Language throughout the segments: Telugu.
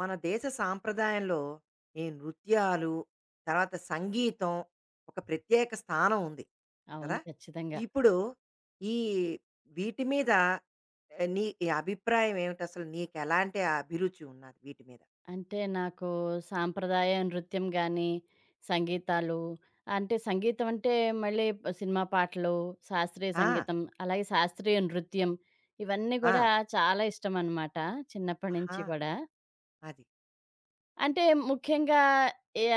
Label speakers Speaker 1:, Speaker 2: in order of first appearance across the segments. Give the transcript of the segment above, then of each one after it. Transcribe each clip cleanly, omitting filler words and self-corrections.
Speaker 1: మన దేశ సాంప్రదాయంలో ఈ నృత్యాలు, తర్వాత సంగీతం ఒక ప్రత్యేక స్థానం ఉంది కదా!
Speaker 2: అవును. ఖచ్చితంగా.
Speaker 1: ఇప్పుడు ఈ వీటి మీద నీ ఈ అభిప్రాయం ఏమిటి? అసలు నీకెలాంటి అభిరుచి ఉన్నది వీటి మీద?
Speaker 2: అంటే నాకు సాంప్రదాయ నృత్యం గానీ, సంగీతాలు అంటే సంగీతం అంటే మళ్ళీ సినిమా పాటలు, శాస్త్రీయ
Speaker 1: ఆ!
Speaker 2: సంగీతం, అలాగే శాస్త్రీయ నృత్యం ఇవన్నీ
Speaker 1: ఆ!
Speaker 2: కూడా చాలా ఇష్టమనమాట చిన్నప్పటి
Speaker 1: ఆహా!
Speaker 2: నుంచి కూడా.
Speaker 1: అది.
Speaker 2: అంటే ముఖ్యంగా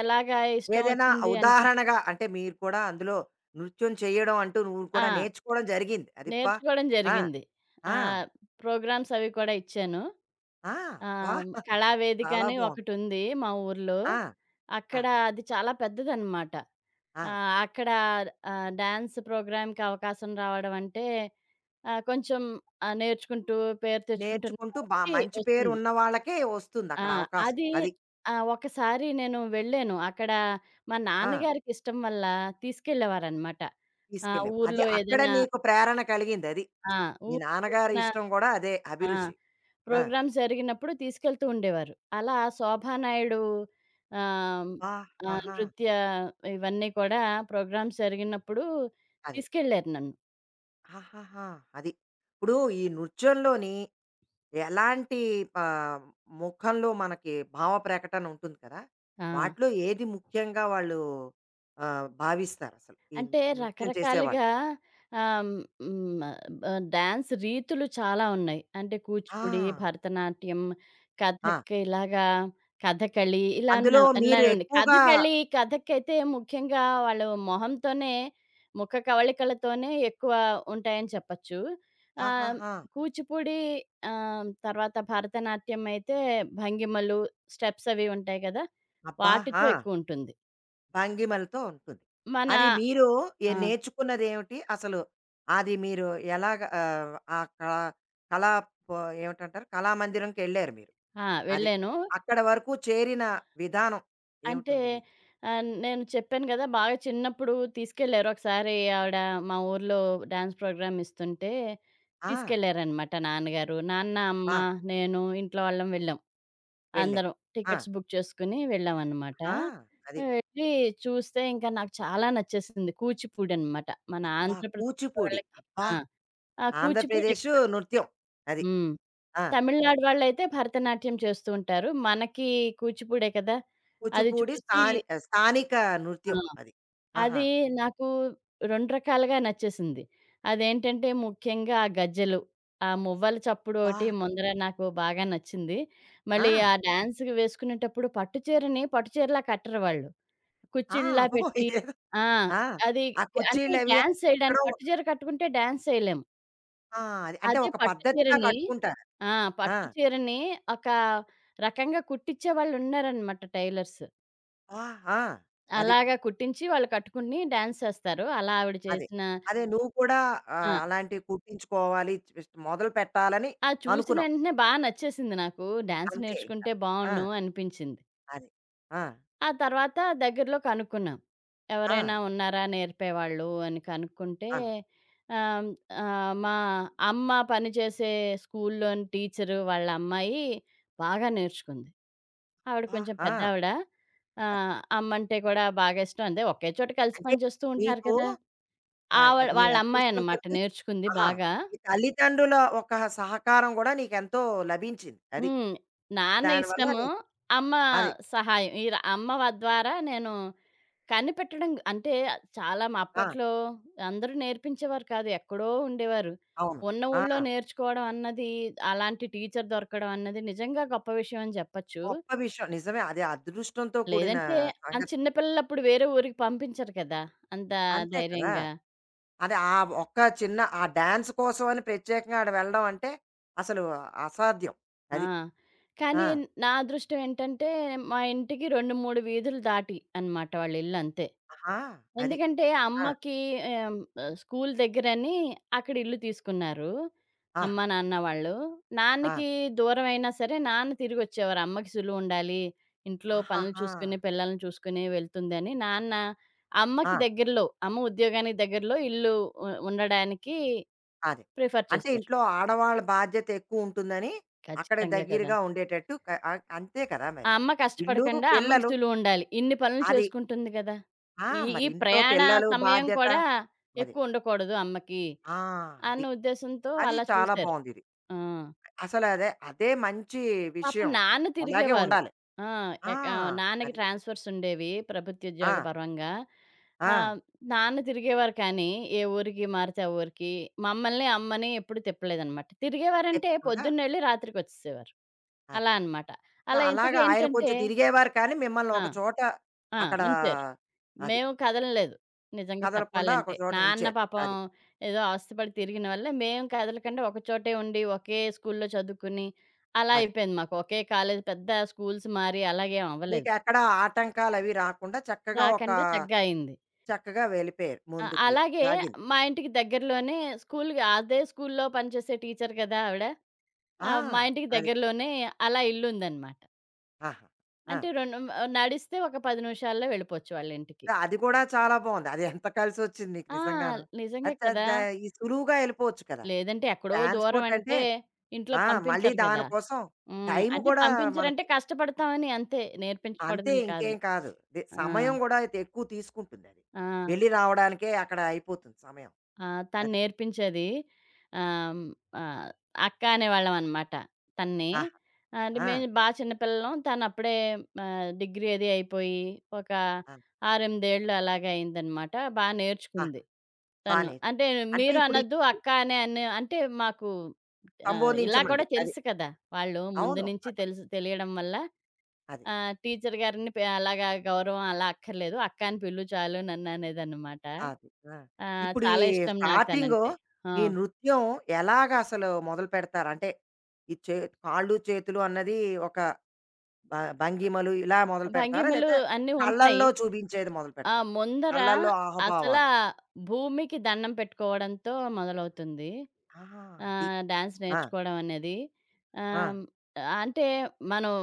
Speaker 2: ఎలాగా ఇష్టం
Speaker 1: ఏదైనా
Speaker 2: వచ్చింది అంటే
Speaker 1: ఉదాహరణగా అంటే మీరు కూడా అందులో నృత్యం చేయడం అంటూ నువ్వు కూడా
Speaker 2: ఆ!
Speaker 1: నేర్చుకోవడం జరిగింది. అది అబ్బా!
Speaker 2: నేర్చుకోవడం
Speaker 1: ఆ!
Speaker 2: జరిగింది.
Speaker 1: ఆ!
Speaker 2: ఆహ్, ప్రోగ్రామ్స్ అవి కూడా ఇచ్చాను.
Speaker 1: ఆ! అబ్బా!
Speaker 2: కళావేదిక
Speaker 1: చాలా
Speaker 2: అని
Speaker 1: బావుంది.
Speaker 2: ఒకటుంది మా ఊర్లో.
Speaker 1: ఆ!
Speaker 2: అక్కడ
Speaker 1: ఆహా!
Speaker 2: అది చాలా పెద్దదనమాట.
Speaker 1: ఆ!
Speaker 2: ఆ! అక్కడ డాన్స్ ప్రోగ్రామ్‌కి అవకాశం రావడం అంటే కొంచెం నేర్చుకుంటూ పేరు తెచ్చుకుంటున్న
Speaker 1: నేర్చుకుంటూ బా
Speaker 2: వాళ్ళకి
Speaker 1: మంచి పేరు
Speaker 2: వస్తుంది.
Speaker 1: ఉన్న వాళ్ళకే వస్తుంది
Speaker 2: ఆ!
Speaker 1: అక్కడ అవకాశం.
Speaker 2: అది
Speaker 1: అది.
Speaker 2: ఒకసారి నేను వెళ్ళాను. అక్కడ మా
Speaker 1: ఆ!
Speaker 2: నాన్నగారికి ఇష్టం వల్ల తీసుకెళ్ళేవారనమాట. ఆ!
Speaker 1: తీసుకెళ్ళేవారు. అది
Speaker 2: ఊర్లో
Speaker 1: అక్కడ
Speaker 2: ఏదైనా
Speaker 1: నీకు ప్రేరణ కలిగిందది.
Speaker 2: ఆ!
Speaker 1: మీ
Speaker 2: ఊర్లో
Speaker 1: నాన్నగారి
Speaker 2: ఏదైనా
Speaker 1: ఇష్టం గూడా అదే
Speaker 2: ఆ!
Speaker 1: అభిరుచి. ఆ!
Speaker 2: ప్రోగ్రామ్స్ జరిగినప్పుడు తీసుకెళ్తూ ఉండేవారు. అలా శోభానాయుడు ఆహ్,
Speaker 1: అబ్బా!
Speaker 2: ఆహ్,
Speaker 1: ఆహా!
Speaker 2: నృత్య ఇవన్నీ కూడా ప్రోగ్రామ్స్ జరిగినప్పుడు
Speaker 1: అది.
Speaker 2: తీసుకెళ్లారు నన్ను.
Speaker 1: ఆహాహా! అది. ఇప్పుడు ఈ నృత్యంలోని ఎలాంటి ఆహ్, ముఖంలో మనకి భావ ప్రకటన ఉంటుంది కదా!
Speaker 2: ఆ!
Speaker 1: వాటిలో ఏది ముఖ్యంగా వాళ్ళు భావిస్తారసలు? ఈ
Speaker 2: అంటే
Speaker 1: నృత్యం చేసేవాళ్ళు?
Speaker 2: రకరకాలుగా ఆహ్, హ్మ్. డాన్స్ రీతులు చాలా ఉన్నాయి. అంటే
Speaker 1: ఆ!
Speaker 2: కూచిపూడి, భరతనాట్యం,
Speaker 1: ఆ!
Speaker 2: కథక్ ఇలాగా కథకళి
Speaker 1: అందులో మీరు
Speaker 2: ఇలానే ఉన్నాయి.
Speaker 1: ఎక్కువగా
Speaker 2: కథకళి కథకైతే ముఖ్యంగా వాళ్ళు మొహంతోనే ముఖ కవళికలతోనే ఎక్కువ ఉంటాయని చెప్పచ్చు. ఆహ్,
Speaker 1: ఆహాహా!
Speaker 2: కూచిపూడి తర్వాత భరతనాట్యం అయితే భంగిమలు, స్టెప్స్ అవి ఉంటాయి కదా!
Speaker 1: అబ్బా! ఆ!
Speaker 2: వాటితో ఎక్కువుంటుంది.
Speaker 1: భంగిమలతో ఉంటుంది.
Speaker 2: మన
Speaker 1: అది మీరు ఏ
Speaker 2: ఆ!
Speaker 1: నేర్చుకున్నదేమిటి? అసలు అది మీరు ఎలాగ ఆ కళా కళా ప ఏమిటంటారు? కళామందిరంకెళ్లారు మీరు.
Speaker 2: ఆ!
Speaker 1: అది.
Speaker 2: వెళ్ళాను.
Speaker 1: అక్కడ వరకు చేరిన విధానం
Speaker 2: అంటే
Speaker 1: ఏమిటుంది మీకు?
Speaker 2: నేను చెప్పాను గదా! బాగా చిన్నప్పుడు తీసుకెళ్లారు. ఒకసారి ఆవిడ మా ఊర్లో డాన్స్ ప్రోగ్రామ్ ఇస్తుంటే
Speaker 1: ఆ!
Speaker 2: తీసుకెళ్లారనమాట నాన్నగారు. నాన్న, అమ్మ,
Speaker 1: ఆ!
Speaker 2: నేను ఇంట్లో వాళ్ళం వెళ్ళాం.
Speaker 1: వెళ్ళారు.
Speaker 2: అందరం
Speaker 1: ఆ!
Speaker 2: టికెట్స్ బుక్ చేసుకొని వెళ్ళామనమాట.
Speaker 1: ఆ! అది.
Speaker 2: వెళ్ళి చూస్తే ఇంకా నాకు చాలా నచ్చేసింది. కూచిపూడి అనమాట. మన
Speaker 1: అబ్బా!
Speaker 2: ఆంధ్రప్రదేశ్
Speaker 1: కూచిపూడి.
Speaker 2: వాళ్ళకి
Speaker 1: అబ్బా!
Speaker 2: ఆ! ఆ కూచిపూడి
Speaker 1: ఆంధ్రప్రదేశు
Speaker 2: కదా!
Speaker 1: నృత్యం.
Speaker 2: ప్రత్యేకం.
Speaker 1: అది.
Speaker 2: హ్మ్.
Speaker 1: ఆ!
Speaker 2: తమిళనాడు వాళ్ళైతే భరతనాట్యం చేస్తూ ఉంటారు. మనకి కూచిపూడే కదా! అది
Speaker 1: కూచిపూడి
Speaker 2: చూసి
Speaker 1: స్థాని స్థానిక
Speaker 2: ఆ!
Speaker 1: నృత్యం అది. ఆహా!
Speaker 2: అది నాకు 2 రకాలుగా నచ్చేసింది. అదేంటంటే ముఖ్యంగా ఆ గజ్జెలు, ఆ మువ్వల చప్పుడు
Speaker 1: అబ్బా!
Speaker 2: ఒకటి ముందర నాకు బాగా నచ్చింది. మళ్ళీ ఆ
Speaker 1: ఆ!
Speaker 2: డాన్స్‌కి వేసుకునేటప్పుడు పట్టు చీరలా కట్టరు వాళ్ళు.
Speaker 1: ఆ!
Speaker 2: కుచ్చిళ్ళలా
Speaker 1: అబ్బో!
Speaker 2: పెట్టి
Speaker 1: ఇదేదో
Speaker 2: ఆ!
Speaker 1: ఆ!
Speaker 2: అది
Speaker 1: ఆ
Speaker 2: అంటే
Speaker 1: కుర్చీలవి
Speaker 2: డాన్స్
Speaker 1: ఎక్కడో
Speaker 2: చేయడానికి పట్టు
Speaker 1: ఒక-
Speaker 2: చీర కట్టుకుంటే డాన్స్ చేయలేము.
Speaker 1: ఆ! అది. అంటే
Speaker 2: అదే
Speaker 1: ఒక
Speaker 2: పట్టు
Speaker 1: పద్ధతిగా
Speaker 2: చీరని
Speaker 1: కట్టుకుంటారు.
Speaker 2: ఆ!
Speaker 1: ఆ!
Speaker 2: పట్టు చీరని ఒక రకంగా కుట్టిచ్చేవాళ్ళున్నారనమాట టైలర్స్.
Speaker 1: ఆ! ఆ! అది.
Speaker 2: అలాగా కుట్టించి వాళ్ళు కట్టుకుని డాన్స్ చేస్తారు. అలా ఆవిడ
Speaker 1: అదే.
Speaker 2: చేసిన
Speaker 1: అదే నువ్వు కూడా
Speaker 2: ఆ!
Speaker 1: అలాంటివి కుట్టించుకోవాలి జస్ట్ మొదలు పెట్టాలని
Speaker 2: అది చూసిన
Speaker 1: అనుకున్నావు.
Speaker 2: వెంటనే బా నచ్చేసింది నాకు. డాన్స్
Speaker 1: అంతే ఇంకా.
Speaker 2: నేర్చుకుంటే
Speaker 1: ఆ!
Speaker 2: బావుండును అనిపించింది.
Speaker 1: అది. ఆ!
Speaker 2: ఆ తర్వాత దగ్గరలో కనుక్కున్నాం.
Speaker 1: ఆ!
Speaker 2: ఎవరైనా ఉన్నారా నేర్పేవాళ్ళు అని కనుక్కుంటే
Speaker 1: అవును.
Speaker 2: ఆహ్, ఆహ్, మా అమ్మ పనిచేసే స్కూల్లోని టీచరు వాళ్ళ అమ్మాయి బాగా నేర్చుకుంది. ఆవిడ కొంచెం
Speaker 1: ఆహా!
Speaker 2: పెద్దావిడ.
Speaker 1: అది.
Speaker 2: అమ్మంటే కూడా బాగా ఇష్టం. అంటే ఒకే చోట కలిసి
Speaker 1: అంటే
Speaker 2: పనిచేస్తూ ఉంటారు
Speaker 1: నీకు
Speaker 2: కదా! ఆవిడ
Speaker 1: నీ
Speaker 2: వాళ్ళ
Speaker 1: అదృష్టం
Speaker 2: అమ్మాయన్నమాట
Speaker 1: కొద్దీ
Speaker 2: నేర్చుకుంది
Speaker 1: ఆహా!
Speaker 2: బాగా.
Speaker 1: మీ తల్లిదండ్రుల ఒక సహకారం కూడా నీకెంతో లభించింది. అది.
Speaker 2: హ్మ్. నాన్న
Speaker 1: దానివల్ల
Speaker 2: ఇష్టము.
Speaker 1: నీకు
Speaker 2: అమ్మ
Speaker 1: అది.
Speaker 2: సహాయం. ఈ అమ్మ ద్వారా నేను కనిపెట్టడం అంటే చాలా
Speaker 1: ఆ!
Speaker 2: అప్పట్లో అందరూ నేర్పించేవారు కాదు. ఎక్కడో ఉండేవారు.
Speaker 1: అవును.
Speaker 2: ఉన్న
Speaker 1: ఆ!
Speaker 2: ఊళ్ళో నేర్చుకోవడం అన్నది, అలాంటి టీచర్ దొరకడం అన్నది నిజంగా గొప్ప విషయం అని చెప్పచ్చు.
Speaker 1: గొప్ప విషయం. నిజమే. అది అదృష్టంతో కూడిన
Speaker 2: లేదంటే ఆ
Speaker 1: సంగతి.
Speaker 2: చిన్న పిల్లలప్పుడు వేరే ఊరికి పంపించరు కదా! అంత
Speaker 1: అంతే కదా!
Speaker 2: ధైర్యంగా.
Speaker 1: అది ఆ ఒక్క చిన్న ఆ డాన్స్ కోసం అని ప్రత్యేకంగా ఆడ వెళ్ళడం అంటే అసలు అసాధ్యం.
Speaker 2: ఆ!
Speaker 1: అది. ఆ!
Speaker 2: కానీ నా అదృష్టం ఏంటంటే, మా ఇంటికి 2, 3 వీధులు దాటి అన్నమాట వాళ్ళ ఇల్లు అంతే.
Speaker 1: ఆహా! అది.
Speaker 2: ఎందుకంటే
Speaker 1: ఆ!
Speaker 2: అమ్మకి ఆహ్, స్కూల్ దగ్గరని అక్కడ ఇల్లు తీసుకున్నారు. అమ్మ,
Speaker 1: ఆహా!
Speaker 2: నాన్న వాళ్ళు.
Speaker 1: ఆ!
Speaker 2: నాన్నకి దూరం అయినా సరే నాన్న తిరిగొచ్చేవారు. అమ్మకి సులువుండాలి. ఇంట్లో పనులు
Speaker 1: ఆహాహా!
Speaker 2: చూసుకుని, పిల్లల్ని చూసుకుని వెళ్తుందని నాన్న
Speaker 1: ఆ!
Speaker 2: అమ్మకి దగ్గరలో, అమ్మ ఉద్యోగానికి దగ్గరలో ఇల్లు ఉండడానికి
Speaker 1: అదే.
Speaker 2: ప్రిఫర్
Speaker 1: అంటే
Speaker 2: చేశారు.
Speaker 1: ఇంట్లో ఆడవాళ్ళ బాధ్యత ఎక్కువుంటుందని అక్కడ
Speaker 2: ఖచ్చితంగా కదా!
Speaker 1: దగ్గరగా ఉండేటట్టు క అంతే కదా
Speaker 2: ఆ
Speaker 1: మరి.
Speaker 2: అమ్మ
Speaker 1: ఇల్లు,
Speaker 2: కష్టపడకండా, అమ్మకి
Speaker 1: పిల్లలు
Speaker 2: సులువుండాలి. ఇన్ని పనులు
Speaker 1: అది.
Speaker 2: చేసుకుంటుంది గదా!
Speaker 1: ఆ!
Speaker 2: ఈ
Speaker 1: మరి
Speaker 2: ఈ
Speaker 1: ఇంట్లో
Speaker 2: ప్రయాణ
Speaker 1: పిల్లలు
Speaker 2: సమయం
Speaker 1: బాధ్యత.
Speaker 2: కూడా
Speaker 1: అది.
Speaker 2: ఎక్కువుండకూడదు అమ్మకి
Speaker 1: ఆ!
Speaker 2: అన్న
Speaker 1: అది.
Speaker 2: ఉద్దేశంతో
Speaker 1: అది
Speaker 2: అలా
Speaker 1: చాలా
Speaker 2: చూసారు.
Speaker 1: బావుంది.
Speaker 2: ఆ!
Speaker 1: అసలు అదే, అదే మంచి
Speaker 2: పాపం
Speaker 1: విషయం అసలు.
Speaker 2: నాన్న
Speaker 1: అలాగే
Speaker 2: తిరిగేవారు.
Speaker 1: ఉండాలి.
Speaker 2: ఆ!
Speaker 1: ఆ!
Speaker 2: నాన్నకి
Speaker 1: అది.
Speaker 2: ట్రాన్స్‌ఫర్స్ ఉండేవి
Speaker 1: ఆ!
Speaker 2: ప్రభుత్వోద్యోగ పరంగా.
Speaker 1: ఆ!
Speaker 2: ఆహ్, నాన్న తిరిగేవారు కానీ, ఏ ఊరికి మారితే ఆ ఊరికి. మమ్మల్ని, అమ్మని ఎప్పుడు తిప్పలేదనమాట. తిరిగేవారంటే
Speaker 1: తిప్పకుండా
Speaker 2: పొద్దున్నెళ్ళి రాత్రికొచ్చేసేవారు.
Speaker 1: అది.
Speaker 2: అలా అనమాట.
Speaker 1: సో,
Speaker 2: అలా ఇంతకీ
Speaker 1: అలాగా ఆయన
Speaker 2: ఏంటంటే
Speaker 1: కొంచెం తిరిగేవారు కానీ, మిమ్మల్ని
Speaker 2: ఆ!
Speaker 1: ఒక చోట
Speaker 2: ఆ!
Speaker 1: అక్కడ
Speaker 2: ఉంచారు.
Speaker 1: అది
Speaker 2: మేము కదలలేదు. నిజంగా
Speaker 1: కదలకుండా
Speaker 2: చెప్పాలంటే.
Speaker 1: ఒక చోట
Speaker 2: నాన్న
Speaker 1: ఉంచారు.
Speaker 2: పాపం
Speaker 1: అది.
Speaker 2: ఏదో అవస్థపడి తిరిగిన వల్ల మేము కదలకుండా ఒక చోటే ఉండి, ఒకే స్కూల్‌లో చదువుకుని అలా
Speaker 1: అది.
Speaker 2: అయిపోయింది మాకు. ఒకే కాలేజ్ పెద్ద స్కూల్స్ మారి అలాగేం అవ్వలేదు.
Speaker 1: మీకెక్కడ ఆటంకాలవి రాకుండా చక్కగా ఒక
Speaker 2: రాకండా చక్కగా అయింది.
Speaker 1: చక్కగా వెళ్ళిపోయారు
Speaker 2: ఆ!
Speaker 1: ముందుకి.
Speaker 2: అలాగే
Speaker 1: లాగింది.
Speaker 2: మా ఇంటికి దగ్గరలోనే స్కూల్‌కి అదే స్కూల్‌లో పనిచేసే టీచర్ కదా ఆవిడ.
Speaker 1: ఆ!
Speaker 2: మా ఇంటికి
Speaker 1: అది.
Speaker 2: దగ్గరలోనే అలా ఇల్లుందనమాట.
Speaker 1: ఆహా! ఆ!
Speaker 2: అంటే 2 నడిస్తే ఒక 10 నిమిషాల్లో వెళ్ళిపోవచ్చు వాళ్ళ ఇంటికి.
Speaker 1: సో అది కూడా చాలా బావుంది. అది ఎంత కలిసొచ్చింది మీకు
Speaker 2: ఆ!
Speaker 1: నిజంగాను.
Speaker 2: నిజంగే
Speaker 1: అది ద
Speaker 2: కదా!
Speaker 1: ద ఈ సులువుగా ఎళ్ళిపోవచ్చు కదా!
Speaker 2: లేదంటే ఎక్కడో దూరం
Speaker 1: ట్రాన్స్‌పోర్ట్ అంటే
Speaker 2: అంటే ఇంట్లో
Speaker 1: ఆ! మళ్ళీ
Speaker 2: పంపించరు గదా!
Speaker 1: దానికోసం
Speaker 2: హ్మ్.
Speaker 1: టైం
Speaker 2: అంటే
Speaker 1: కూడా
Speaker 2: పంపించరంటే
Speaker 1: మనకి
Speaker 2: కష్టపడతామని అంతే.
Speaker 1: అంతే
Speaker 2: నేర్పించకూడదని కాదు.
Speaker 1: ఇంకేం కాదు. దే
Speaker 2: ఆ!
Speaker 1: సమయం గూడా అయితే ఎక్కువ తీసుకుంటుందది.
Speaker 2: ఆ!
Speaker 1: వెళ్ళి రావడానికే అక్కడ అయిపోతుంది సమయం.
Speaker 2: ఆ! తను
Speaker 1: అది.
Speaker 2: నేర్పించేది ఆహ్, ఆహ్, అక్క అనేవాళ్ళం అనమాట తన్ని.
Speaker 1: ఆహా!
Speaker 2: ఆ, అంటే
Speaker 1: ఆ!
Speaker 2: మేము బా చిన్న పిల్లలం. తను అప్పుడే డిగ్రీ అది అయిపోయి ఒక
Speaker 1: ఆ!
Speaker 2: 6, 8 ఏళ్ళు అలాగే అయిందనమాట. బా
Speaker 1: ఆహా!
Speaker 2: నేర్చుకుంది
Speaker 1: బా
Speaker 2: తను.
Speaker 1: నేర్చు
Speaker 2: అంటే
Speaker 1: అంటే
Speaker 2: మీరు
Speaker 1: ఇప్పుడు ఈ
Speaker 2: అనొద్దు అక్క అనే అనే అంటే మాకు ఆ! ఇలా
Speaker 1: సంబోధించమంది.
Speaker 2: కూడా
Speaker 1: అది.
Speaker 2: తెలుసు కదా! వాళ్ళు ముందు
Speaker 1: అవును.
Speaker 2: నుంచి
Speaker 1: అది.
Speaker 2: తెలుసు తెలియడం వల్ల
Speaker 1: అది.
Speaker 2: టీచర్ గారిని అలాగా గౌరవం అలా అక్కర్లేదు. అక్క అని చాలు నన్ననేదనమాట.
Speaker 1: ఆ! ఇప్పుడు ఈ
Speaker 2: చాలా ఇష్టం నాకు
Speaker 1: స్టార్టింగు
Speaker 2: తనంటే. ఆ!
Speaker 1: ఈ నృత్యం ఎలాగ అసలు మొదలుపెడతారు? అంటే ఈ చే కాళ్ళు, చేతులు అన్నది ఒక భ భంగిమలు ఇలా మొదలు పెడతారా?
Speaker 2: భంగిమలు
Speaker 1: లేతే
Speaker 2: అన్నీ ఉంటాయి.
Speaker 1: కళ్ళల్లో చూపించేది మొదలు
Speaker 2: ఆ!
Speaker 1: పెడతారా?
Speaker 2: ముందర
Speaker 1: కళ్ళల్లో
Speaker 2: అసలా
Speaker 1: ఆహభావాలు.
Speaker 2: భూమికి దండం పెట్టుకోవడంతో మొదలవుతుంది.
Speaker 1: ఆహా! అది.
Speaker 2: డాన్స్
Speaker 1: ఆ!
Speaker 2: నేర్చుకోవడం అనేది.
Speaker 1: ఆ!
Speaker 2: ఆహ్, అంటే మనం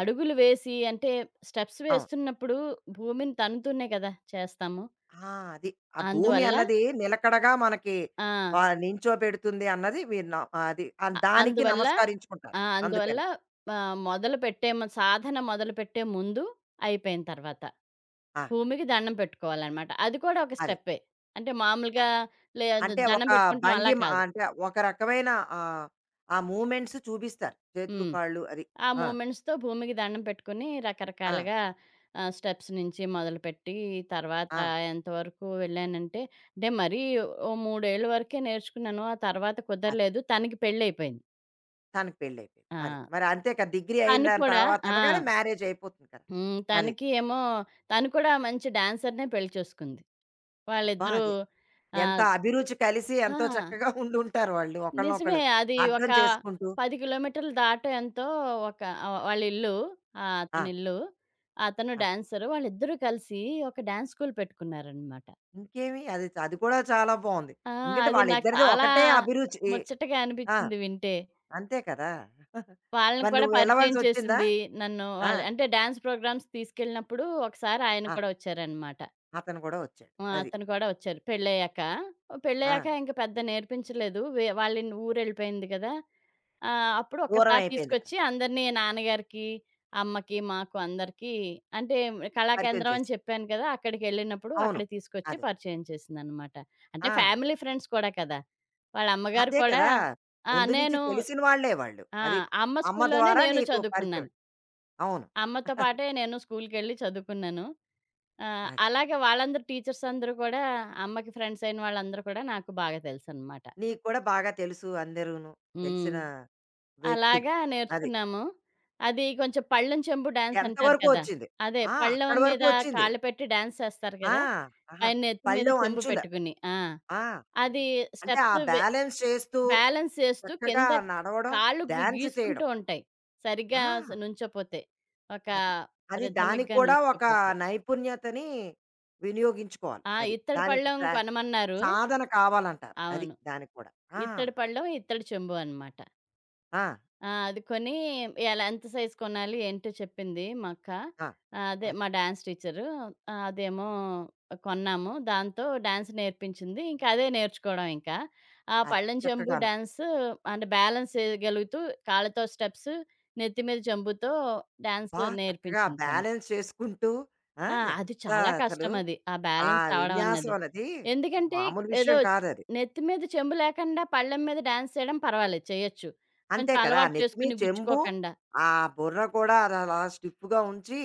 Speaker 2: అడుగులు వేసి అంటే స్టెప్స్
Speaker 1: అవును.
Speaker 2: వేస్తున్నప్పుడు భూమిని తన్నుతూనే కదా! చేస్తాము.
Speaker 1: ఆ! అది. ఆ భూమి
Speaker 2: అందువల్ల
Speaker 1: అన్నది నిలకడగా మనకి
Speaker 2: ఆ!
Speaker 1: నించోబెడుతుంది అన్నది మీరు న అది దానికి
Speaker 2: అందువల్ల
Speaker 1: నమస్కరించుకుంటారు.
Speaker 2: ఆ! అందువల్ల
Speaker 1: అందుకని.
Speaker 2: మొదలుపెట్టే సాధన మొదలుపెట్టే ముందు, అయిపోయిన తర్వాత.
Speaker 1: ఆ!
Speaker 2: భూమికి దండం పెట్టుకోవాలనమాట. అది కూడా ఒక
Speaker 1: అది.
Speaker 2: స్టెప్పే. అంటే మామూలుగా
Speaker 1: అది.
Speaker 2: లే
Speaker 1: అంటే
Speaker 2: దండం
Speaker 1: ఒక
Speaker 2: పెట్టుకుంటాం అలా
Speaker 1: భంగిమ
Speaker 2: కాదు.
Speaker 1: అంటే ఒక రకమైన ఆహ్, ఆ మూవ్‌మెంట్స్ చూపిస్తారు. చేతులు,
Speaker 2: హ్మ్.
Speaker 1: కాళ్ళు అది.
Speaker 2: ఆ
Speaker 1: ఆ!
Speaker 2: మూమెంట్స్‌తో భూమికి దండం పెట్టుకొని
Speaker 1: ఆ!
Speaker 2: రకరకాలుగా స్టెప్స్ నుంచి మొదలుపెట్టి, తర్వాత
Speaker 1: ఆ!
Speaker 2: ఎంతవరకు వెళ్ళానంటే, అంటే మరీ ఓ 3 ఏళ్ళ వరకే నేర్చుకున్నాను. ఆ తర్వాత కుదరలేదు. తనకి పెళ్లయిపోయింది.
Speaker 1: తనకి పెళ్ళైపోయింది.
Speaker 2: ఆ!
Speaker 1: అది. మరి అంతే కదా! డిగ్రీ అయిన
Speaker 2: తను
Speaker 1: దాని
Speaker 2: కూడా
Speaker 1: తర్వాత
Speaker 2: ఆ!
Speaker 1: అనగానే మ్యారేజ్ అయిపోతుంది కదా!
Speaker 2: హ్మ్.
Speaker 1: అది.
Speaker 2: తనకి ఏమో తను కూడా మంచి డాన్సర్‌నే పెళ్లి చేసుకుంది.
Speaker 1: అబ్బా!
Speaker 2: వాళ్ళిద్దరూ
Speaker 1: అది ఎంత
Speaker 2: ఆహ్,
Speaker 1: అభిరుచి కలిసి ఎంతో
Speaker 2: ఆ!
Speaker 1: చక్కగా ఉండుంటారు వాళ్ళు.
Speaker 2: నిజమే.
Speaker 1: ఒకళ్ళనొకళ్ళు
Speaker 2: అది
Speaker 1: అర్థం
Speaker 2: ఒక
Speaker 1: చేసుకుంటూ.
Speaker 2: 10 కిలోమీటర్లు దాటో ఎంతో ఒక వాళ్ళిల్లు.
Speaker 1: ఆ!
Speaker 2: అతనిల్లు. అతను
Speaker 1: ఆ!
Speaker 2: డాన్సరు. వాళ్ళిద్దరూ కలిసి ఒక డాన్స్ స్కూల్ పెట్టుకున్నారనమాట.
Speaker 1: ఇంకేమి అది చ అది కూడా చాలా బావుంది.
Speaker 2: ఆ!
Speaker 1: ఎందుకంటే
Speaker 2: అది నాకు
Speaker 1: వాళ్ళిద్దరిది
Speaker 2: చాలా
Speaker 1: ఒకటే అభిరుచి.
Speaker 2: ముచ్చటగా
Speaker 1: ఆ!
Speaker 2: అనిపిచ్చింది వింటే.
Speaker 1: అంతే కదా!
Speaker 2: వాళ్ళని
Speaker 1: మరి
Speaker 2: కూడా
Speaker 1: నువ్వు
Speaker 2: పరిచయం
Speaker 1: వెళ్ళవలసొచ్చిందా?
Speaker 2: చేసింది. నన్ను
Speaker 1: ఆ!
Speaker 2: వాళ్ళు అంటే డాన్స్ ప్రోగ్రామ్స్ తీసుకెళ్ళినప్పుడు ఒకసారి ఆయన
Speaker 1: ఆ!
Speaker 2: కూడా వచ్చారనమాట.
Speaker 1: అతను కూడా వచ్చాడు.
Speaker 2: ఆ!
Speaker 1: అది.
Speaker 2: అతను కూడా వచ్చారు పెళ్ళయ్యాక.
Speaker 1: ఆ!
Speaker 2: పెళ్ళయ్యాక ఇంక పెద్ద నేర్పించలేదు. వే వాళ్ళిన్ ఊరెళ్ళిపోయింది కదా! అప్పుడు
Speaker 1: దూరం
Speaker 2: ఒక్కసారి
Speaker 1: అయిపోయింది కదా!
Speaker 2: తీసుకొచ్చి అందరిని నాన్నగారికి, అమ్మకి, మాకు అందరికీ అంటే
Speaker 1: పరిచయం
Speaker 2: కళాకేంద్రం అని
Speaker 1: చేసి.
Speaker 2: చెప్పాను కదా! అక్కడికి వెళ్ళినప్పుడు
Speaker 1: అవును.
Speaker 2: అక్కడ తీసుకొచ్చి
Speaker 1: అదే.
Speaker 2: పరిచయం చేసిందనమాట. అంటే
Speaker 1: ఆ!
Speaker 2: ఫ్యామిలీ ఫ్రెండ్స్ కూడా కదా! వాళ్ళ అమ్మగారు
Speaker 1: అదే
Speaker 2: కూడా
Speaker 1: కదా!
Speaker 2: ఆ!
Speaker 1: ముందు నుంచి
Speaker 2: నేను
Speaker 1: తెలిసిన వాళ్ళే వాళ్ళు.
Speaker 2: ఆ!
Speaker 1: అది.
Speaker 2: అమ్మ
Speaker 1: అమ్మ
Speaker 2: స్కూల్లోనే
Speaker 1: ద్వారా
Speaker 2: నేను
Speaker 1: నీకు పరిచయం.
Speaker 2: చదువుకున్నాను.
Speaker 1: అవును.
Speaker 2: అమ్మతో పాటే నేను స్కూల్‌కెళ్ళి చదువుకున్నాను. ఆ!
Speaker 1: అది.
Speaker 2: అలాగే వాళ్ళందరూ టీచర్స్ అందరూ కూడా అమ్మకి ఫ్రెండ్స్ అయిన వాళ్ళందరూ కూడా నాకు బాగా తెలుసనమాట.
Speaker 1: నీకు కూడా బాగా తెలుసు అందరూను.
Speaker 2: హ్మ్.
Speaker 1: తెలిసిన వ్యక్తులు.
Speaker 2: అలాగా
Speaker 1: అది.
Speaker 2: నేర్చుకున్నాము. అది కొంచెం పళ్ళెం చెంబు డాన్స్
Speaker 1: ఎంత
Speaker 2: అంటారు
Speaker 1: వరకు
Speaker 2: కదా!
Speaker 1: వచ్చింది.
Speaker 2: అదే
Speaker 1: ఆ!
Speaker 2: పళ్ళెం
Speaker 1: అక్కడి వరకు
Speaker 2: మీద
Speaker 1: వచ్చింది.
Speaker 2: కాళ్ళు పెట్టి డాన్స్ చేస్తారు
Speaker 1: ఆ!
Speaker 2: కదా!
Speaker 1: ఆహా!
Speaker 2: ఆయన నెత్తి మీద
Speaker 1: పళ్ళెం
Speaker 2: చెంబు
Speaker 1: అంచుల.
Speaker 2: పెట్టుకుని. ఆ!
Speaker 1: ఆ! అది.
Speaker 2: అది
Speaker 1: కూ- అంటే ఆ
Speaker 2: స్టెప్స్ వె
Speaker 1: బ్యాలెన్స్ చేస్తూ
Speaker 2: బ్యాలెన్స్ చేస్తూ
Speaker 1: చక్కగా
Speaker 2: కింద
Speaker 1: నడవడం,
Speaker 2: కాళ్ళు
Speaker 1: డాన్స్
Speaker 2: గీసుకుంటూ
Speaker 1: చేయడం.
Speaker 2: ఉంటాయి.
Speaker 1: ఆ!
Speaker 2: సరిగ్గా నుంచోపోతే. ఒక
Speaker 1: అది. అది దానికి
Speaker 2: రిథమిక్‌గా
Speaker 1: కూడా ఒక
Speaker 2: నుంచోకపోతే.
Speaker 1: నైపుణ్యతని వినియోగించుకోవాలి.
Speaker 2: ఆ!
Speaker 1: అది.
Speaker 2: ఇత్తడి
Speaker 1: దానికి
Speaker 2: పళ్ళెం
Speaker 1: ప్రా
Speaker 2: కొనమన్నారు.
Speaker 1: సాధన కావాలంటారు. అది
Speaker 2: అవును.
Speaker 1: దానికి కూడా. ఆ!
Speaker 2: ఇత్తడి పళ్ళెం, ఇత్తడి చెంబు అనమాట.
Speaker 1: ఆ!
Speaker 2: ఆ! అది కొని ఎలా ఎంత సైజ్ కొనాలి ఏంటో చెప్పింది మా అక్క.
Speaker 1: ఆ!
Speaker 2: అదే
Speaker 1: అది.
Speaker 2: మా డాన్స్ టీచరు. అదేమో కొన్నాము. దాంతో డాన్స్ నేర్పించింది. ఇంకా అదే నేర్చుకోవడం ఇంకా. ఆ
Speaker 1: అది.
Speaker 2: పళ్ళెం చెంబు
Speaker 1: చక్కగాను.
Speaker 2: డాన్సు అంటే బ్యాలెన్స్ చేయగలుగుతూ కాళ్ళతో స్టెప్స్, నెత్తి మీద చెంబుతో డాన్స్
Speaker 1: అబ్బా! చక్కగా
Speaker 2: నేర్పించింది తను.
Speaker 1: బ్యాలెన్స్ చేసుకుంటూ ఆ!
Speaker 2: ఆ! అది
Speaker 1: ఎంత
Speaker 2: చాలా
Speaker 1: అసలు
Speaker 2: కష్టమది. ఆ
Speaker 1: ఆ
Speaker 2: బ్యాలెన్స్ రావడం
Speaker 1: విన్యాసం
Speaker 2: అన్నది.
Speaker 1: అన్నది
Speaker 2: ఎందుకంటే
Speaker 1: మామూలు
Speaker 2: ఏదో
Speaker 1: విషయం కాదది.
Speaker 2: నెత్తి మీద చెంబు లేకుండా పళ్ళెం మీద డాన్స్ చేయడం పర్వాలేదు చేయొచ్చు.
Speaker 1: అంతే
Speaker 2: కొంచెం
Speaker 1: కదా! ఆ
Speaker 2: అలవాటు
Speaker 1: నెత్తి మీద
Speaker 2: చేసుకొని
Speaker 1: చెంబు,
Speaker 2: గుచ్చుకోకుండా.
Speaker 1: ఆ బుర్ర కూడా అది అలా స్టిఫ్‌గా ఉంచి,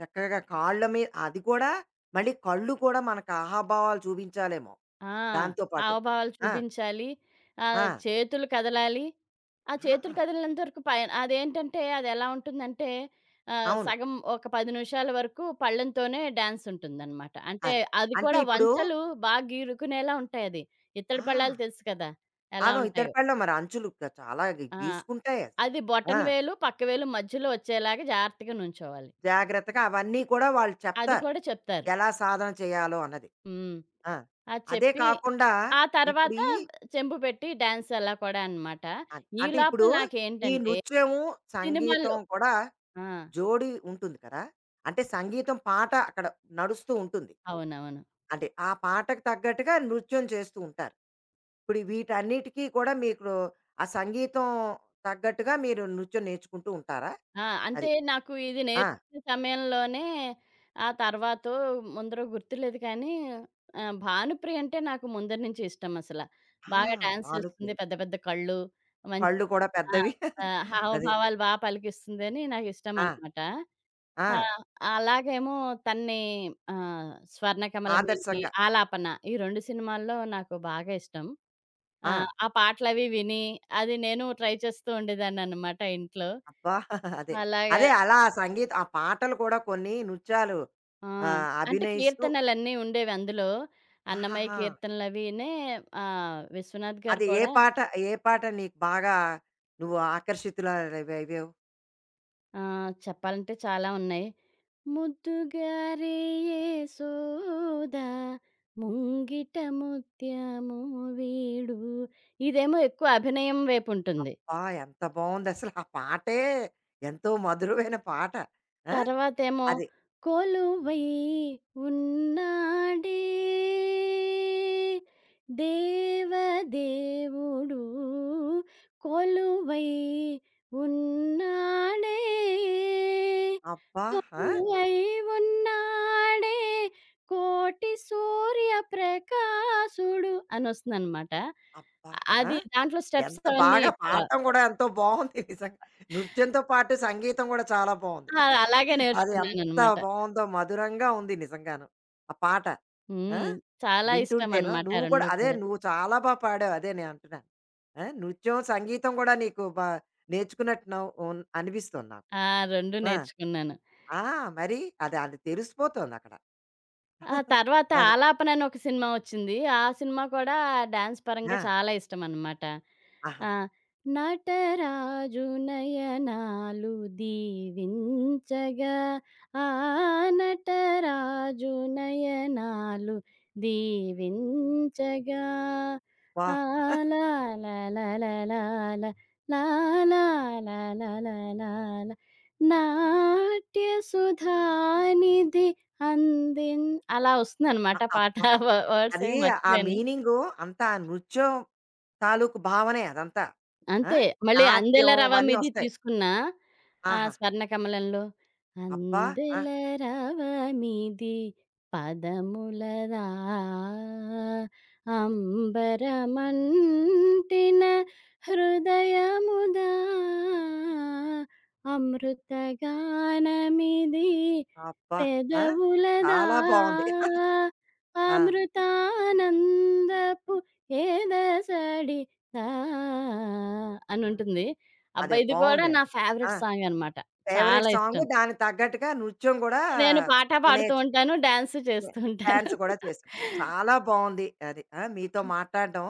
Speaker 1: చక్కగా కాళ్ళ మీద అది కూడా మళ్ళీ కళ్ళు కూడా మనకు ఆహాభావాలు చూపించాలేమో!
Speaker 2: ఆ!
Speaker 1: దాంతో పాటు.
Speaker 2: హావభావాలు
Speaker 1: ఆ!
Speaker 2: చూపించాలి.
Speaker 1: ఆ!
Speaker 2: చేతులు కదలాలి. ఆ
Speaker 1: ఆ!
Speaker 2: చేతులు
Speaker 1: ఆ!
Speaker 2: కదిలినంత వరకు పైన అదేంటంటే అదెలా ఉంటుందంటే
Speaker 1: అవును.
Speaker 2: సగం ఒక 10 నిమిషాల వరకు పళ్ళెంతోనే డాన్స్ ఉంటుందనమాట. అంటే
Speaker 1: అదే.
Speaker 2: అది
Speaker 1: అంటే
Speaker 2: కూడా
Speaker 1: ఇప్పుడు
Speaker 2: వంచలు బాగా గీరుకునేలా ఉంటాయది. ఇత్తడి
Speaker 1: ఆ!
Speaker 2: పళ్ళాలు తెలుసు కదా! ఎలా
Speaker 1: అను
Speaker 2: ఉంటాయో.
Speaker 1: ఇత్తడిపళ్ళలో మరి అంచులు క చాలా గీ
Speaker 2: ఆ!
Speaker 1: గీసుకుంటాయి అది.
Speaker 2: అది
Speaker 1: ఆ!
Speaker 2: బొటన వేలు, పక్క వేలు మధ్యలో వచ్చేలాగా జాగ్రత్తగా నుంచోవాలి.
Speaker 1: జాగ్రత్తగా అవన్నీ కూడా వాళ్ళు
Speaker 2: అది
Speaker 1: చెప్తారు.
Speaker 2: కూడా చెప్తారు.
Speaker 1: ఎలా సాధన చేయాలో అన్నది.
Speaker 2: హ్మ్.
Speaker 1: ఆ!
Speaker 2: అది
Speaker 1: అదే
Speaker 2: చెప్పి
Speaker 1: కాకుండా
Speaker 2: ఆ
Speaker 1: ఇప్పుడు
Speaker 2: తర్వాత
Speaker 1: ఈ
Speaker 2: చెంబు పెట్టి డాన్స్ అలా కూడా అనమాట.
Speaker 1: అన్
Speaker 2: ఈ
Speaker 1: అంటే ఇప్పుడు
Speaker 2: లోపల
Speaker 1: ఈ
Speaker 2: నాకేంటంటే
Speaker 1: నృత్యము, సంగీతం
Speaker 2: సినిమాల్లో
Speaker 1: కూడా
Speaker 2: ఆ!
Speaker 1: జోడీ ఉంటుంది కదా! అంటే సంగీతం పాట అక్కడ నడుస్తూ ఉంటుంది.
Speaker 2: అవునవును.
Speaker 1: అంటే ఆ పాటకు తగ్గట్టుగా నృత్యం చేస్తూ ఉంటారు. ఇప్పుడు వీటన్నిటికీ కూడా మీకు ఆ సంగీతం తగ్గట్టుగా మీరు నృత్యం నేర్చుకుంటూ ఉంటారా?
Speaker 2: ఆ! అంటే
Speaker 1: అది.
Speaker 2: నాకు ఇది
Speaker 1: ఆ!
Speaker 2: నేర్చుకునే సమయంలోనే ఆ తర్వాతో ముందరో గుర్తులేదు కానీ భానుప్రియ అంటే నాకు ముందర నుంచి ఇష్టం అసల.
Speaker 1: ఆ!
Speaker 2: బాగా డాన్స్
Speaker 1: భానుప్రియ.
Speaker 2: చేస్తుంది. పెద్ద పెద్ద కళ్ళు, మంచి
Speaker 1: కళ్ళు కూడా
Speaker 2: ఆ!
Speaker 1: పెద్దవి.
Speaker 2: ఆ!
Speaker 1: అది.
Speaker 2: హావభావాలు బా పలికిస్తుందని
Speaker 1: ఆ!
Speaker 2: నాకిష్టమనమాట.
Speaker 1: ఆ!
Speaker 2: ఆ! అలాగేమో తన్ని 'స్వర్ణకమలమేంటి',
Speaker 1: ఆదర్శంగా.
Speaker 2: 'ఆలాపన' ఈ 2 సినిమాల్లో నాకు బాగా ఇష్టం. ఆ!
Speaker 1: ఆ!
Speaker 2: ఆ పాటలవి విని, అది నేను ట్రై చేస్తూ ఉండేదాన్ననమాట ఇంట్లో.
Speaker 1: అబ్బా! అదే.
Speaker 2: అలాగా
Speaker 1: అదే అలా ఆ సంగీత ఆ పాటలు కూడా కొన్ని నృత్యాలు
Speaker 2: ఆ! అంటే
Speaker 1: అభినయిస్తూ
Speaker 2: కీర్తనలన్నీ ఉండేవి అందులో. అన్నమయ్య
Speaker 1: ఆహాహా!
Speaker 2: కీర్తనలవినే విశ్వనాథ్ గారు
Speaker 1: అది ఏ
Speaker 2: కూడా
Speaker 1: పాట, ఏ పాట నీకు బాగా నువ్వు ఆకర్షితురాలవయ్యావు?
Speaker 2: ఆ! చెప్పాలంటే చాలా ఉన్నాయి. ముద్దుగారే యేసోద ముంగిట ముత్యము వీడు ఇదేమో ఎక్కువ అభినయం వైపు ఉంటుంది.
Speaker 1: అబ్బా! ఎంత బావుందసలు ఆ పాటే ఎంతో మధురమైన పాట. ఆ!
Speaker 2: తర్వాతేమో
Speaker 1: అది.
Speaker 2: కొలువై ఉన్నాడే దేవదేవుడు కొలువై ఉన్నాడే
Speaker 1: అబ్బా! ఆ!
Speaker 2: కొలువై ఉన్నాడే కోటి సూర్య ప్రకాశుడు అని వస్తుందన్నమాట.
Speaker 1: అబ్బా! ఆ!
Speaker 2: అది దాంట్లో స్టెప్స్
Speaker 1: ఎంత
Speaker 2: అవన్నీ
Speaker 1: బాగా
Speaker 2: ఎక్కువ.
Speaker 1: పాడటం కూడా ఎంతో బావుంది నిజంగా. నృత్యంతో పాటు సంగీతం కూడా చాలా బావుంది.
Speaker 2: ఆ! అలాగే
Speaker 1: అది ఎంత
Speaker 2: నేర్చుకున్నానన్నమాట.
Speaker 1: బావుందో మధురంగా ఉంది నిజంగాను. ఆ పాట. ఆ!
Speaker 2: హ్మ్. చాలా
Speaker 1: వింటుంటేను
Speaker 2: ఇష్టమనమాట ఆ
Speaker 1: నువ్వు కూడా
Speaker 2: 2
Speaker 1: అదే
Speaker 2: కూడా.
Speaker 1: నువ్వు చాలా బా పాడావు అదే నేను అంటున్నాను. ఆ! నృత్యం, సంగీతం కూడా నీకు బా నేర్చుకున్నట్టు నవ్ ఉన్ అనిపిస్తుంది నాకు.
Speaker 2: ఆ! 2
Speaker 1: ఆ!
Speaker 2: నేర్చుకున్నాను.
Speaker 1: ఆ! మరి అది అది తెలిసిపోతోందక్కడ.
Speaker 2: ఆ తర్వాత
Speaker 1: అది.
Speaker 2: 'ఆలాపన' అని ఒక సినిమా వచ్చింది. ఆ సినిమా కూడా డాన్స్ పరంగా
Speaker 1: ఆ!
Speaker 2: చాలా ఇష్టమనమాట. ఆ!
Speaker 1: ఆహాహా!
Speaker 2: నటరాజు నయనాలు దీవించగా ఆ! నటరాజు నయనాలు దీవించగా ఆ!
Speaker 1: వాహ్!
Speaker 2: లాలాలాలాల లాలాలాలాలాల నాట్యసుధానిధి అందిన్ అలా
Speaker 1: అ
Speaker 2: వస్తుందనమాట పాట.
Speaker 1: అబ్బా!
Speaker 2: వ వర్డ్స్
Speaker 1: అది
Speaker 2: ఏవి
Speaker 1: ఆ
Speaker 2: మర్చిపోయాను.
Speaker 1: మీనింగు అంతా ఆ నృత్యం తాలూకు భావనే అదంతా. ఆ!
Speaker 2: అంతే. మళ్ళీ 'అందెల
Speaker 1: నాట్యం
Speaker 2: రవ
Speaker 1: అవన్నీ
Speaker 2: మీది'
Speaker 1: వస్తాయి.
Speaker 2: తీసుకున్నా
Speaker 1: ఆహాహా!
Speaker 2: 'స్వర్ణ కమలంలో'
Speaker 1: అబ్బా! ఆ!
Speaker 2: అందెల రవ మీది పదముల అంబరమంటిన హృదయముదా అమృతగానమిది
Speaker 1: అబ్బా! ఆ!
Speaker 2: పెదవులదా
Speaker 1: చాలా బావుంది. ఆ!
Speaker 2: అమృతానందపు ఎదసడి ఆ!
Speaker 1: ఆ!
Speaker 2: అనుంటుంది. అబ్బా!
Speaker 1: అదే
Speaker 2: ఇది కూడా నా
Speaker 1: బావుందండి. ఆ!
Speaker 2: ఫేవరెట్ సాంగ్ అనమాట.
Speaker 1: ఫేవరెట్
Speaker 2: చాలా
Speaker 1: సాంగు
Speaker 2: ఇష్టం.
Speaker 1: దానికి తగ్గట్టుగా నృత్యం గూడా
Speaker 2: నేను పాట
Speaker 1: నువ్వు
Speaker 2: పాడుతూ
Speaker 1: నేర్చు
Speaker 2: ఉంటాను. డాన్స్ చేస్తూ ఉంటాను.
Speaker 1: డాన్స్ కూడా చేసావు. చాలా బావుంది అది. ఆ! మీతో మాట్లాడడం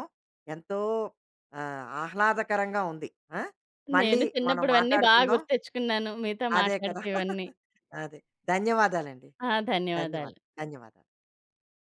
Speaker 1: ఎంతో ఆహ్లాదకరంగా ఉంది. ఆ! మళ్ళీ
Speaker 2: నేను
Speaker 1: మనం
Speaker 2: చిన్నప్పుడవన్నీ బా
Speaker 1: మాట్లాడుకుందాం.
Speaker 2: గుర్తెచ్చుకున్నాను. మీతో
Speaker 1: అదే కదా!
Speaker 2: మాట్లాడితే ఇవన్నీ.
Speaker 1: అదే. ధన్యవాదాలండి.
Speaker 2: ఆ! ధన్యవాదాలు.
Speaker 1: ధన్యవాదాలు. ధన్యవాదాలు.